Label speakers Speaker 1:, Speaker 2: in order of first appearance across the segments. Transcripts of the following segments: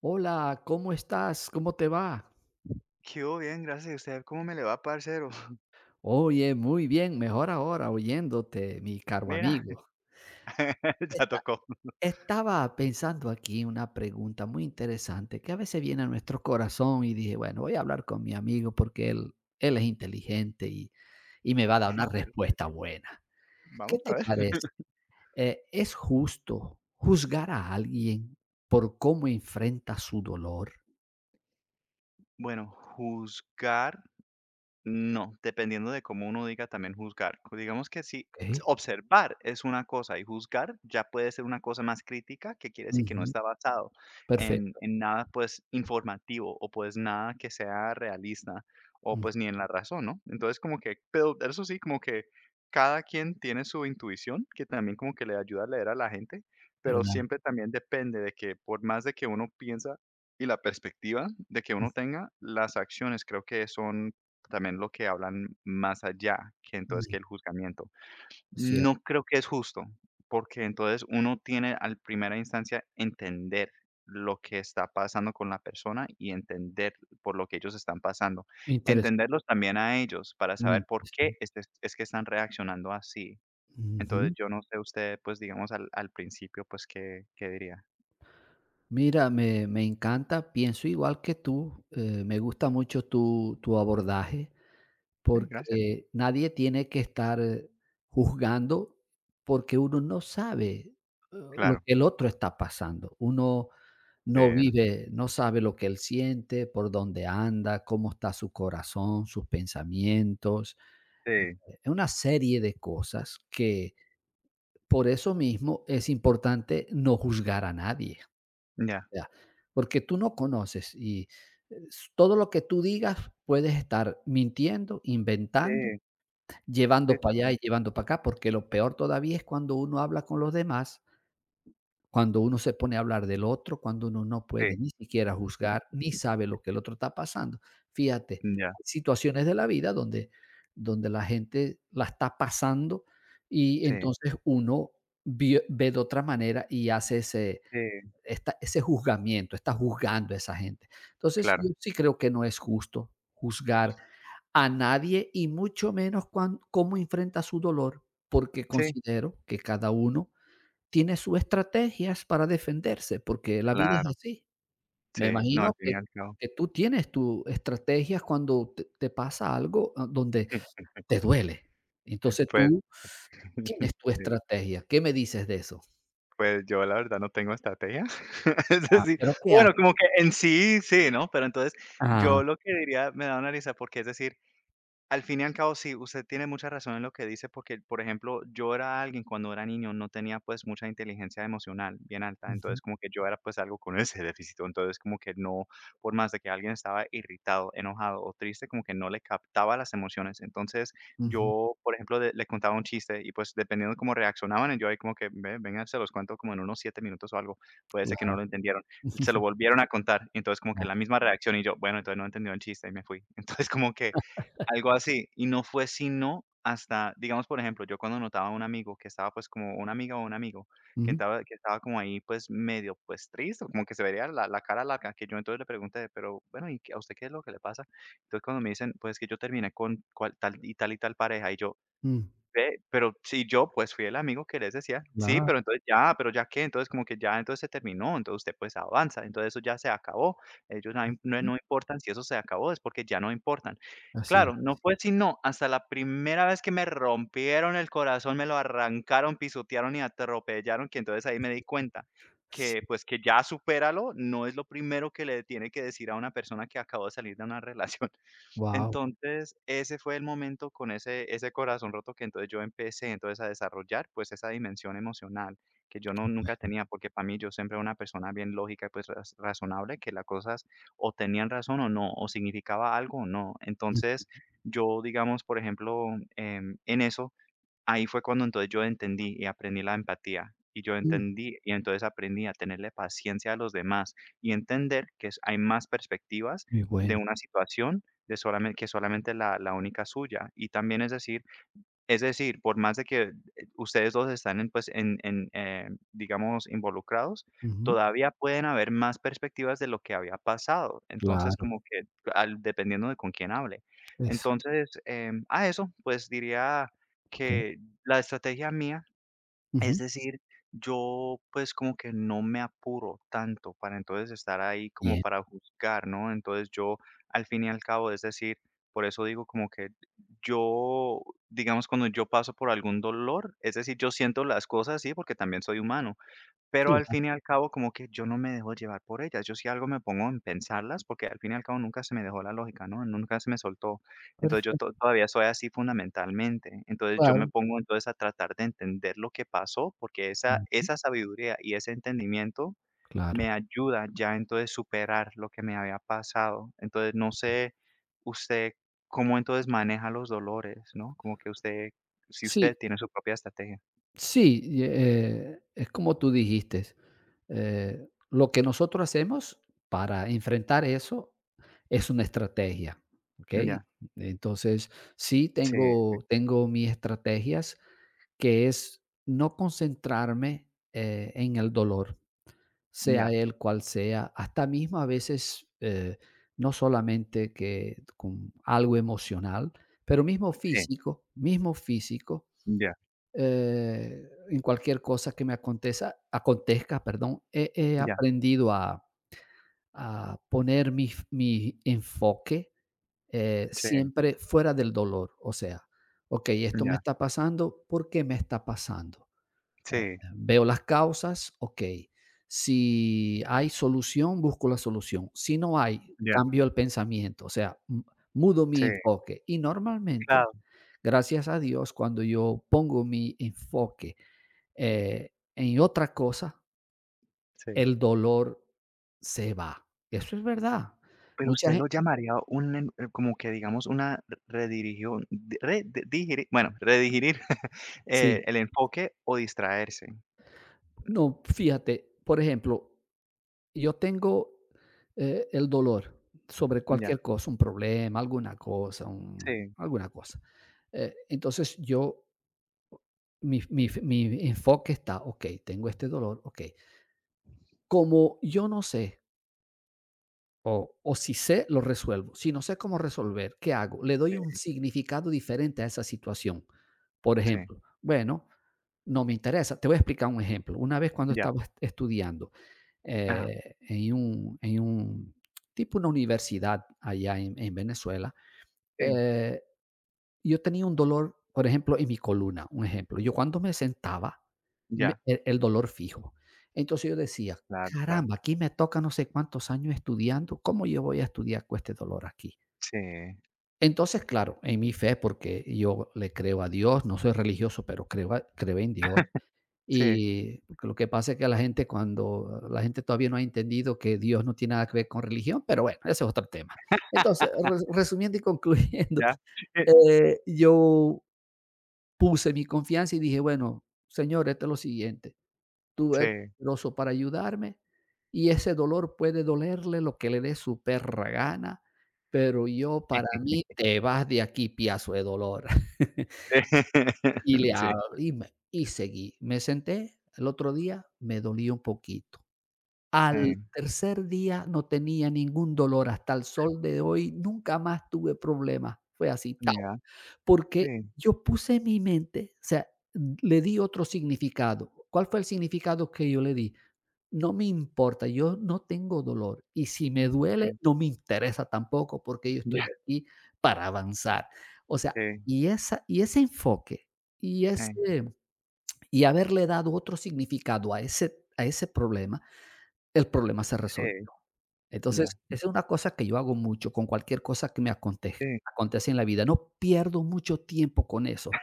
Speaker 1: Hola, ¿cómo estás? ¿Cómo te va?
Speaker 2: ¿Qué hubo? Bien, gracias. ¿Y usted cómo me le va, parcero?
Speaker 1: Oye, muy bien, mejor ahora oyéndote, mi caro
Speaker 2: Mira,
Speaker 1: amigo.
Speaker 2: ya
Speaker 1: Esta-
Speaker 2: tocó.
Speaker 1: Estaba pensando aquí una pregunta muy interesante que a veces viene a nuestro corazón y dije, bueno, voy a hablar con mi amigo porque él es inteligente y me va a dar una respuesta buena. ¿Qué
Speaker 2: Vamos a
Speaker 1: te
Speaker 2: ver.
Speaker 1: parece? ¿Es justo juzgar a alguien por cómo enfrenta su dolor?
Speaker 2: Bueno, juzgar No, dependiendo de cómo uno diga también juzgar. O Digamos que si
Speaker 1: Ok.
Speaker 2: observar es una cosa y juzgar ya puede ser una cosa más crítica, que quiere decir que no
Speaker 1: Ujú.
Speaker 2: está basado en,
Speaker 1: Perfecto.
Speaker 2: en nada, pues, informativo, o pues nada que sea realista, o
Speaker 1: Mm.
Speaker 2: pues ni en la razón, ¿no? Entonces, como que, pero eso sí, como que cada quien tiene su intuición, que también como que le ayuda a leer a la gente, pero
Speaker 1: ¿Verdad?
Speaker 2: siempre también depende de que, por más de que uno piensa y la perspectiva de que uno
Speaker 1: Mm.
Speaker 2: tenga, las acciones creo que son también lo que hablan más allá que entonces
Speaker 1: Mm.
Speaker 2: que el juzgamiento.
Speaker 1: Cierto.
Speaker 2: No creo que es justo, porque entonces uno tiene al primera instancia entender lo que está pasando con la persona y entender por lo que ellos están pasando.
Speaker 1: Interesante,
Speaker 2: Entenderlos también a ellos para
Speaker 1: muy
Speaker 2: saber por qué
Speaker 1: interesante.
Speaker 2: es que están reaccionando así. Entonces,
Speaker 1: Ujú.
Speaker 2: yo no sé usted, pues, digamos, al principio, pues, qué diría.
Speaker 1: Mira, me encanta, pienso igual que tú, me gusta mucho tu abordaje,
Speaker 2: Sí, gracias.
Speaker 1: porque nadie tiene que estar juzgando, porque uno no sabe, lo
Speaker 2: Claro.
Speaker 1: que el otro está pasando. Uno no
Speaker 2: eh,
Speaker 1: vive, no sabe lo que él siente, por dónde anda, cómo está su corazón, sus pensamientos,
Speaker 2: sí,
Speaker 1: una serie de cosas que. Por eso mismo es importante no juzgar a nadie,
Speaker 2: ya.
Speaker 1: o sea, porque tú no conoces y s todo lo que tú digas puedes estar mintiendo, inventando,
Speaker 2: Sí, sí,
Speaker 1: llevando para allá
Speaker 2: también.
Speaker 1: y llevando para acá, porque lo peor todavía es cuando uno habla con los demás, cuando uno se pone a hablar del otro, cuando uno no puede
Speaker 2: Sí,
Speaker 1: ni siquiera juzgar, ni sabe lo que el otro está pasando. Fíjate,
Speaker 2: ya.
Speaker 1: hay situaciones de la vida donde la gente la está pasando y
Speaker 2: Sí,
Speaker 1: entonces uno vie ve de otra manera y hace
Speaker 2: sí,
Speaker 1: ese juzgamiento, está juzgando a esa gente. Entonces, yo
Speaker 2: claro.
Speaker 1: sí creo que no es justo juzgar a nadie y mucho menos cuan cómo enfrenta su dolor, porque
Speaker 2: Sí,
Speaker 1: considero que cada uno tiene sus estrategias para defenderse, porque la vida
Speaker 2: claro,
Speaker 1: es así. Me
Speaker 2: sí, no,
Speaker 1: imagino
Speaker 2: al fin y al cabo,
Speaker 1: que tú tienes tus estrategias cuando te pasa algo donde te duele. Entonces
Speaker 2: pues,
Speaker 1: tú tienes tu
Speaker 2: sí,
Speaker 1: estrategia. ¿Qué me dices de eso?
Speaker 2: pues, yo la verdad no tengo estrategia, es
Speaker 1: Ah,
Speaker 2: decir,
Speaker 1: pero ¿qué
Speaker 2: bueno,
Speaker 1: haces?
Speaker 2: como que en sí, sí, ¿no? Pero entonces,
Speaker 1: Ah.
Speaker 2: yo lo que diría, me da una risa, porque, es decir, al fin y al cabo, sí, usted tiene mucha razón en lo que dice, porque, por ejemplo, yo era alguien cuando era niño, no tenía pues mucha inteligencia emocional bien alta, entonces
Speaker 1: Ujú.
Speaker 2: como que yo era pues algo con ese déficit, entonces como que no, por más de que alguien estaba irritado, enojado o triste, como que no le captaba las emociones. Entonces
Speaker 1: Ujú,
Speaker 2: yo, por ejemplo, le contaba un chiste y pues dependiendo de cómo reaccionaban, yo ahí como que, "Ve, vengan, se los cuento como en unos siete minutos o algo, puede ser que no
Speaker 1: claro.
Speaker 2: lo entendieron". Se lo volvieron a contar, entonces como que la
Speaker 1: Claro.
Speaker 2: misma reacción y yo, bueno, entonces no entendió el chiste y me fui. Entonces como que algo así, y no fue sino hasta, digamos, por ejemplo, yo cuando notaba a un amigo que estaba, pues, como una amiga o un amigo que
Speaker 1: Ujú.
Speaker 2: estaba que estaba como ahí, pues, medio, pues, triste, como que se veía la cara larga, que yo entonces le pregunté: "Pero, bueno, ¿y qué, a usted qué es lo que le pasa?". Entonces, cuando me dicen: "Pues, que yo terminé con cual tal y tal y tal pareja", y yo:
Speaker 1: Mm.
Speaker 2: "Ve, pero si yo, pues, fui el amigo que les decía: 'Sí,
Speaker 1: Claro.
Speaker 2: pero entonces ya, pero ¿ya qué?'". Entonces, como que ya, entonces se terminó, entonces usted, pues, avanza, entonces eso ya se acabó. Ellos no im no
Speaker 1: Ujú,
Speaker 2: no importan, si eso se acabó, es porque ya no importan.
Speaker 1: así.
Speaker 2: Claro, no fue sino hasta la primera vez que me rompieron el corazón, me lo arrancaron, pisotearon y atropellaron, que entonces ahí me di cuenta
Speaker 1: Sí.
Speaker 2: que, pues, que ya supéralo no es lo primero que le tiene que decir a una persona que acabó de salir de una relación.
Speaker 1: Guau,
Speaker 2: Entonces, ese fue el momento con ese corazón roto que entonces yo empecé entonces a desarrollar, pues, esa dimensión emocional que yo nunca
Speaker 1: muy
Speaker 2: tenía, porque para mí yo siempre era una persona bien lógica, y pues, razonable, que las cosas o tenían razón o no, o significaba algo o no.
Speaker 1: bueno.
Speaker 2: Entonces, yo, digamos, por ejemplo, em, en eso ahí fue cuando entonces yo entendí y aprendí la empatía, y yo
Speaker 1: Ujú,
Speaker 2: entendí y entonces aprendí a tenerle paciencia a los demás y entender que es hay más perspectivas de
Speaker 1: bueno.
Speaker 2: una situación de solamente la única suya. Y también es decir, es decir, por más de que, ustedes 2 están en, pues, digamos, involucrados, todavía pueden haber más perspectivas de lo que había pasado. Entonces,
Speaker 1: Claro.
Speaker 2: como que al dependiendo de con quién hable.
Speaker 1: Eso,
Speaker 2: Entonces, a eso, pues, diría
Speaker 1: okey.
Speaker 2: que la estrategia mía, es
Speaker 1: Ujú,
Speaker 2: decir, yo pues como que no me apuro tanto para entonces estar ahí como
Speaker 1: bien.
Speaker 2: para juzgar, ¿no? Entonces yo, al fin y al cabo, es decir, por eso digo como que yo, digamos, cuando yo paso por algún dolor, es decir, yo siento las cosas, así porque también soy humano, pero al
Speaker 1: Claro,
Speaker 2: fin y al cabo, como que yo no me dejo llevar por ellas. Yo si algo me pongo en pensarlas, porque al fin y al cabo nunca se me dejó la lógica, ¿no? Nunca se me soltó. Entonces yo
Speaker 1: perfecto,
Speaker 2: todavía soy así fundamentalmente. Entonces yo me
Speaker 1: claro.
Speaker 2: pongo entonces a tratar de entender lo que pasó, porque esa,
Speaker 1: Ujú.
Speaker 2: esa sabiduría y ese entendimiento me
Speaker 1: Claro.
Speaker 2: ayuda ya entonces superar lo que me había pasado. Entonces no sé usted cómo entonces maneja los dolores, ¿no? Como que usted, si usted
Speaker 1: Sí,
Speaker 2: tiene su propia estrategia.
Speaker 1: sí, y, es como tú dijiste, lo que nosotros hacemos para enfrentar eso es una estrategia, ¿ok?
Speaker 2: Ya,
Speaker 1: Entonces, sí
Speaker 2: sí,
Speaker 1: tengo mis estrategias, que es no concentrarme, en el dolor, sea
Speaker 2: ya,
Speaker 1: él cual sea, hasta mismo a veces, no solamente que con algo emocional, pero
Speaker 2: sí,
Speaker 1: mismo físico.
Speaker 2: ya.
Speaker 1: En cualquier cosa que me aconteza acontezca, perdón, he
Speaker 2: Ya,
Speaker 1: aprendido a poner mi enfoque,
Speaker 2: sí,
Speaker 1: siempre fuera del dolor. O sea, okey, esto me
Speaker 2: ya,
Speaker 1: está pasando, ¿por qué me está pasando? Eh, eh,
Speaker 2: sí,
Speaker 1: veo las causas, okey. Si hay solución, busco la solución. Si no hay,
Speaker 2: ya,
Speaker 1: cambio el pensamiento, o sea, mudo
Speaker 2: sí,
Speaker 1: mi enfoque. Y normalmente,
Speaker 2: claro,
Speaker 1: gracias a Dios, cuando yo pongo mi enfoque en otra cosa,
Speaker 2: sí.
Speaker 1: el dolor se va. Eso es verdad.
Speaker 2: Pero
Speaker 1: Mucha
Speaker 2: usted lo
Speaker 1: gente,
Speaker 2: llamaría un, como que, digamos, una redirigión, bueno, redirigir
Speaker 1: sí.
Speaker 2: el enfoque, o distraerse.
Speaker 1: No, fíjate, por ejemplo, yo tengo el dolor sobre
Speaker 2: Ya,
Speaker 1: cualquier cosa, un problema, alguna cosa,
Speaker 2: sí,
Speaker 1: alguna cosa. Entonces yo, mi enfoque está, ok, tengo este dolor, ok. Como yo no sé. O si sé, lo resuelvo. Si no sé cómo resolver, ¿qué hago? Le doy un
Speaker 2: sí,
Speaker 1: significado diferente a esa situación. Por
Speaker 2: sí,
Speaker 1: ejemplo, bueno, no me interesa. Te voy a explicar un ejemplo. Una vez cuando
Speaker 2: ya,
Speaker 1: estaba estudiando
Speaker 2: ah,
Speaker 1: en un tipo una universidad allá en Venezuela,
Speaker 2: sí,
Speaker 1: eh, yo tenía un dolor, por ejemplo, en mi columna, un ejemplo. Yo cuando me sentaba, me
Speaker 2: ya,
Speaker 1: el dolor fijo. Entonces yo decía:
Speaker 2: claro, claro,
Speaker 1: "Caramba, aquí me toca no sé cuántos años estudiando, ¿cómo yo voy a estudiar con este dolor aquí?".
Speaker 2: sí,
Speaker 1: Entonces, claro, en mi fe, porque yo le creo a Dios, no soy religioso, pero creo en Dios.
Speaker 2: sí,
Speaker 1: Y lo que pasa es que la gente cuando la gente todavía no ha entendido que Dios no tiene nada que ver con religión, pero bueno, ese es otro tema. Entonces, re resumiendo y concluyendo,
Speaker 2: ya, eh,
Speaker 1: yo puse mi confianza y dije: "Bueno, Señor, esto es lo siguiente, tú eres
Speaker 2: sí,
Speaker 1: poderoso para ayudarme, y ese dolor puede dolerle lo que le dé su perra gana, pero yo para mí te vas de aquí, piazo de dolor". Y le
Speaker 2: sí,
Speaker 1: abrí me y seguí. Me senté, el otro día me dolía un poquito. Al
Speaker 2: eh,
Speaker 1: tercer día no tenía ningún dolor, hasta el sol de hoy nunca más tuve problemas. Fue así,
Speaker 2: ya,
Speaker 1: porque
Speaker 2: sí,
Speaker 1: yo puse en mi mente, o sea, le di otro significado. ¿Cuál fue el significado que yo le di? No me importa, yo no tengo dolor y si me duele,
Speaker 2: sí,
Speaker 1: no me interesa tampoco, porque yo estoy
Speaker 2: ya,
Speaker 1: aquí para avanzar. O sea,
Speaker 2: sí,
Speaker 1: y esa y ese enfoque, y
Speaker 2: eh,
Speaker 1: ese y haberle dado otro significado a ese problema, el problema se resolvió.
Speaker 2: sí,
Speaker 1: Entonces,
Speaker 2: ya,
Speaker 1: esa es una cosa que yo hago mucho con cualquier cosa que me acontezca
Speaker 2: sí,
Speaker 1: acontece en la vida. No pierdo mucho tiempo con eso.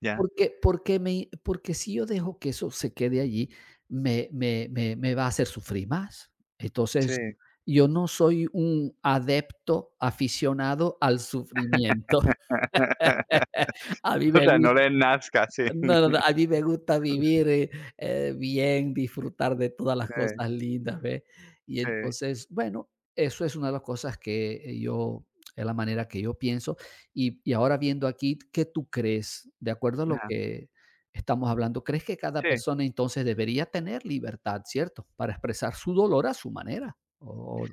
Speaker 2: ya,
Speaker 1: Porque si yo dejo que eso se quede allí, me va a hacer sufrir más. Entonces,
Speaker 2: sí.
Speaker 1: yo no soy un adepto aficionado al sufrimiento. A mí
Speaker 2: O
Speaker 1: me
Speaker 2: sea,
Speaker 1: gus
Speaker 2: no le nazca, sí.
Speaker 1: no, no, no, a mí me gusta vivir, bien, disfrutar de todas las
Speaker 2: Sí,
Speaker 1: cosas lindas, ¿ve? Y
Speaker 2: sí,
Speaker 1: entonces, bueno, eso es una de las cosas que, yo es la manera que yo pienso. Y ahora viendo aquí, ¿qué tú crees? De acuerdo a lo
Speaker 2: ajá,
Speaker 1: que estamos hablando, ¿crees que cada
Speaker 2: sí.
Speaker 1: persona entonces debería tener libertad, cierto? Para expresar su dolor a su manera. O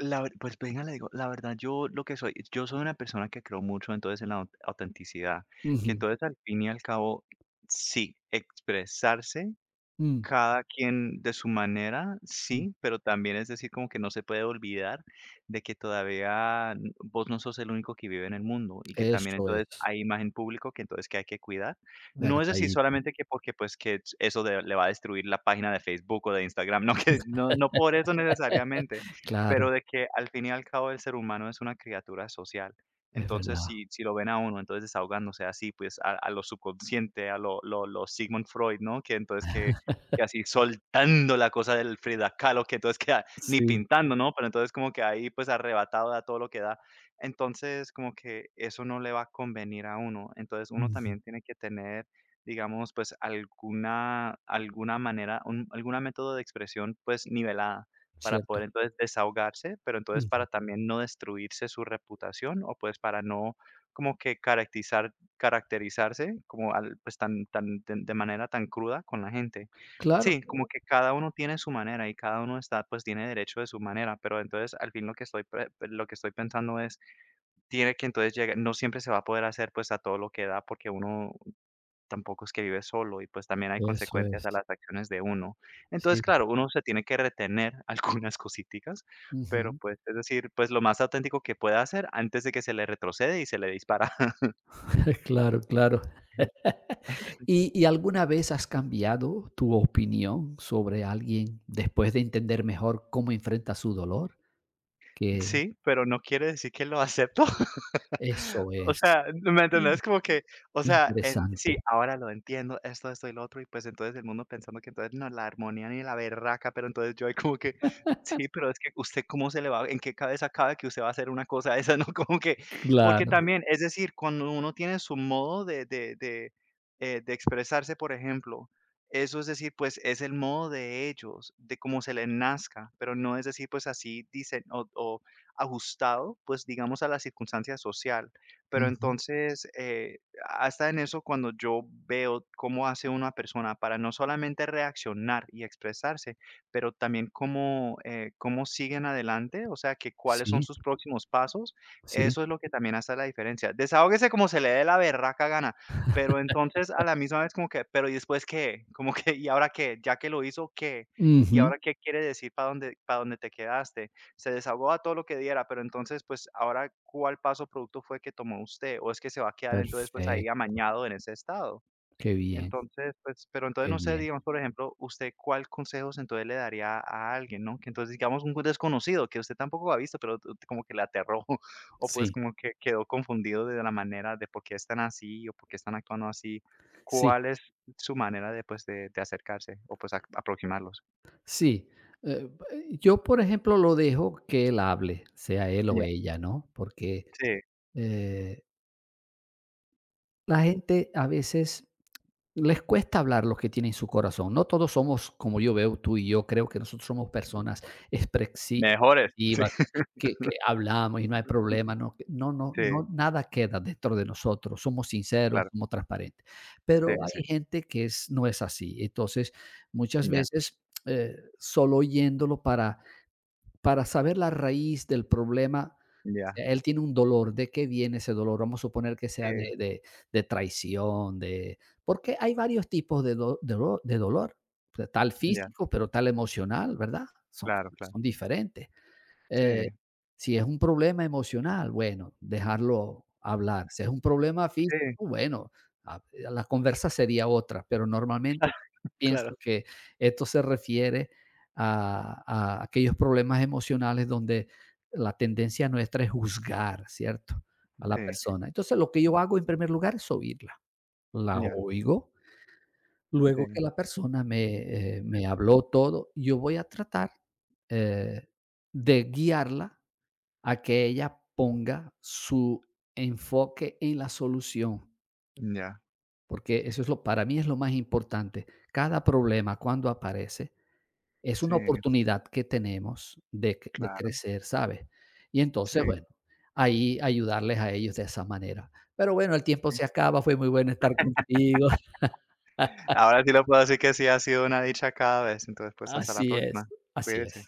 Speaker 2: La ver pues venga, le digo, la verdad, yo lo que soy, yo soy una persona que creo mucho entonces en la au autenticidad, que
Speaker 1: ujú.
Speaker 2: entonces al fin y al cabo, sí, expresarse
Speaker 1: Mm.
Speaker 2: cada quien de su manera,
Speaker 1: Mm.
Speaker 2: sí, pero también es decir, como que no se puede olvidar de que todavía vos no sos el único que vive en el mundo y que también
Speaker 1: Eso
Speaker 2: entonces
Speaker 1: es,
Speaker 2: hay imagen público que entonces que hay que cuidar. No es
Speaker 1: verdad
Speaker 2: decir
Speaker 1: y
Speaker 2: solamente que porque pues que eso le va a destruir la página de Facebook o de Instagram, no que no, no por eso necesariamente,
Speaker 1: claro,
Speaker 2: pero de que al fin y al cabo el ser humano es una criatura social.
Speaker 1: es
Speaker 2: Entonces,
Speaker 1: verdad.
Speaker 2: si lo ven a uno, entonces desahogándose así, pues a lo subconsciente, a lo Sigmund Freud, ¿no? Que entonces que y así soltando la cosa del Frida Kahlo, que entonces queda ni
Speaker 1: Sí,
Speaker 2: pintando, ¿no? Pero entonces como que ahí, pues, arrebatado da todo lo que da. Entonces, como que eso no le va a convenir a uno. Entonces, uno
Speaker 1: ujú,
Speaker 2: también tiene que tener, digamos, pues, alguna manera, un alguna método de expresión, pues, nivelada, para poder,
Speaker 1: cierto.
Speaker 2: entonces, desahogarse, pero entonces para
Speaker 1: Ujú.
Speaker 2: también no destruirse su reputación o, pues, para no como que caracterizarse como al, pues, tan de manera tan cruda con la gente.
Speaker 1: Claro,
Speaker 2: Sí, como que cada uno tiene su manera y cada uno está, pues tiene derecho de su manera, pero entonces al fin lo que estoy, pues, lo que estoy pensando es, tiene que entonces llegar, no siempre se va a poder hacer pues a todo lo que da porque uno tampoco es que vive solo y pues también hay
Speaker 1: eso
Speaker 2: consecuencias
Speaker 1: es.
Speaker 2: a las acciones de uno. Entonces,
Speaker 1: Sí.
Speaker 2: claro, uno se tiene que retener algunas cositas, pero
Speaker 1: Ujú.
Speaker 2: pues es decir, pues lo más auténtico que pueda hacer antes de que se le retrocede y se le dispara.
Speaker 1: Claro, claro. ¿Y y alguna vez has cambiado tu opinión sobre alguien después de entender mejor cómo enfrenta su dolor? Que
Speaker 2: Sí, pero no quiere decir que lo acepto.
Speaker 1: eso
Speaker 2: O
Speaker 1: es.
Speaker 2: sea, ¿me
Speaker 1: Mm.
Speaker 2: entendés? Como que, o sea, en sí,
Speaker 1: Interesante.
Speaker 2: ahora lo entiendo, esto y lo otro, y pues entonces el mundo pensando que entonces no, la armonía ni la berraca, pero entonces yo ahí como que, sí, pero es que usted cómo se le va, ¿en qué cabeza cabe que usted va a hacer una cosa de esa, no? Como que, porque
Speaker 1: Claro.
Speaker 2: también, es decir, cuando uno tiene su modo de expresarse, por ejemplo, eso es decir, pues es el modo de ellos, de cómo se les nazca, pero no es decir, pues así dicen o, ajustado, pues, digamos, a la circunstancia social. Pero
Speaker 1: Ujú.
Speaker 2: entonces, hasta en eso, cuando yo veo cómo hace una persona para no solamente reaccionar y expresarse, pero también cómo, cómo siguen adelante, o sea, que cuáles son
Speaker 1: Sí,
Speaker 2: sus próximos pasos,
Speaker 1: sí.
Speaker 2: eso es lo que también hace la diferencia. Desahógese como se le dé la berraca gana, pero entonces a la misma vez como que, pero ¿y después qué? Como que, ¿y ahora qué? Ya que lo hizo, ¿qué? ¿Y
Speaker 1: Ujú.
Speaker 2: ahora qué quiere decir? ¿Para dónde, para dónde te quedaste? Se desahogó a todo lo que diera, pero entonces, pues, ahora, ¿cuál paso producto fue que tomó usted? ¿O es que se va a quedar entonces, pues, ahí
Speaker 1: Perfecto.
Speaker 2: amañado en ese estado?
Speaker 1: Qué bien,
Speaker 2: Entonces, pues, pero entonces
Speaker 1: qué
Speaker 2: no sé,
Speaker 1: bien.
Speaker 2: digamos, por ejemplo, usted, ¿cuál consejos entonces le daría a alguien, no? Que entonces, digamos, un desconocido que usted tampoco ha visto, pero como que le aterró, o pues
Speaker 1: Sí,
Speaker 2: como que quedó confundido de la manera de por qué están así o por qué están actuando así.
Speaker 1: sí.
Speaker 2: ¿Cuál es su manera de, pues, de acercarse, o pues aproximarlos?
Speaker 1: Sí, eh, yo, por ejemplo, lo dejo que él hable, sea él o
Speaker 2: Ya.
Speaker 1: ella, ¿no? Porque,
Speaker 2: Sí,
Speaker 1: eh, la gente a veces les cuesta hablar lo que tiene en su corazón. No todos somos como yo veo tú y yo, creo que nosotros somos personas expresi
Speaker 2: mejores.
Speaker 1: expresivas, que hablamos y no hay problema, no que
Speaker 2: Sí, sí,
Speaker 1: nada queda dentro de nosotros, somos sinceros,
Speaker 2: claro.
Speaker 1: somos transparentes.
Speaker 2: Sí,
Speaker 1: Pero
Speaker 2: sí,
Speaker 1: hay gente que es no es así. Entonces, muchas
Speaker 2: ya,
Speaker 1: veces, solo oyéndolo para. Para saber la raíz del problema,
Speaker 2: ya,
Speaker 1: Él tiene un dolor, ¿de qué viene ese dolor? Vamos a suponer que sea
Speaker 2: sí,
Speaker 1: de traición, de, porque hay varios tipos de do de do de dolor, o sea, tal
Speaker 2: ya,
Speaker 1: físico, pero tal emocional, ¿verdad? Son
Speaker 2: claro, claro,
Speaker 1: son diferentes.
Speaker 2: sí,
Speaker 1: Eh, si es un problema emocional, bueno, dejarlo hablar. Si es un problema físico,
Speaker 2: sí,
Speaker 1: bueno, ah, la conversa sería otra, pero normalmente
Speaker 2: claro,
Speaker 1: pienso que esto se refiere a aquellos problemas emocionales donde la tendencia nuestra es juzgar, ¿cierto? A la
Speaker 2: sí,
Speaker 1: persona. Entonces, lo que yo hago en primer lugar es oírla. La
Speaker 2: ya,
Speaker 1: oigo, luego que
Speaker 2: sí,
Speaker 1: la persona me, me habló todo, yo voy a tratar, eh, de guiarla a que ella ponga su enfoque en la solución,
Speaker 2: ya,
Speaker 1: porque eso es lo para mí es lo más importante. Cada problema cuando aparece es
Speaker 2: sí,
Speaker 1: una oportunidad que tenemos de c de
Speaker 2: claro,
Speaker 1: crecer, ¿sabes? Y entonces,
Speaker 2: sí,
Speaker 1: bueno, ahí ayudarles a ellos de esa manera. Pero bueno, el tiempo
Speaker 2: sí.
Speaker 1: se acaba, fue muy bueno estar contigo.
Speaker 2: Ahora sí lo puedo decir que sí ha sido una dicha cada vez, entonces pues, hasta la
Speaker 1: Así
Speaker 2: próxima,
Speaker 1: es, así
Speaker 2: cuídese.
Speaker 1: es.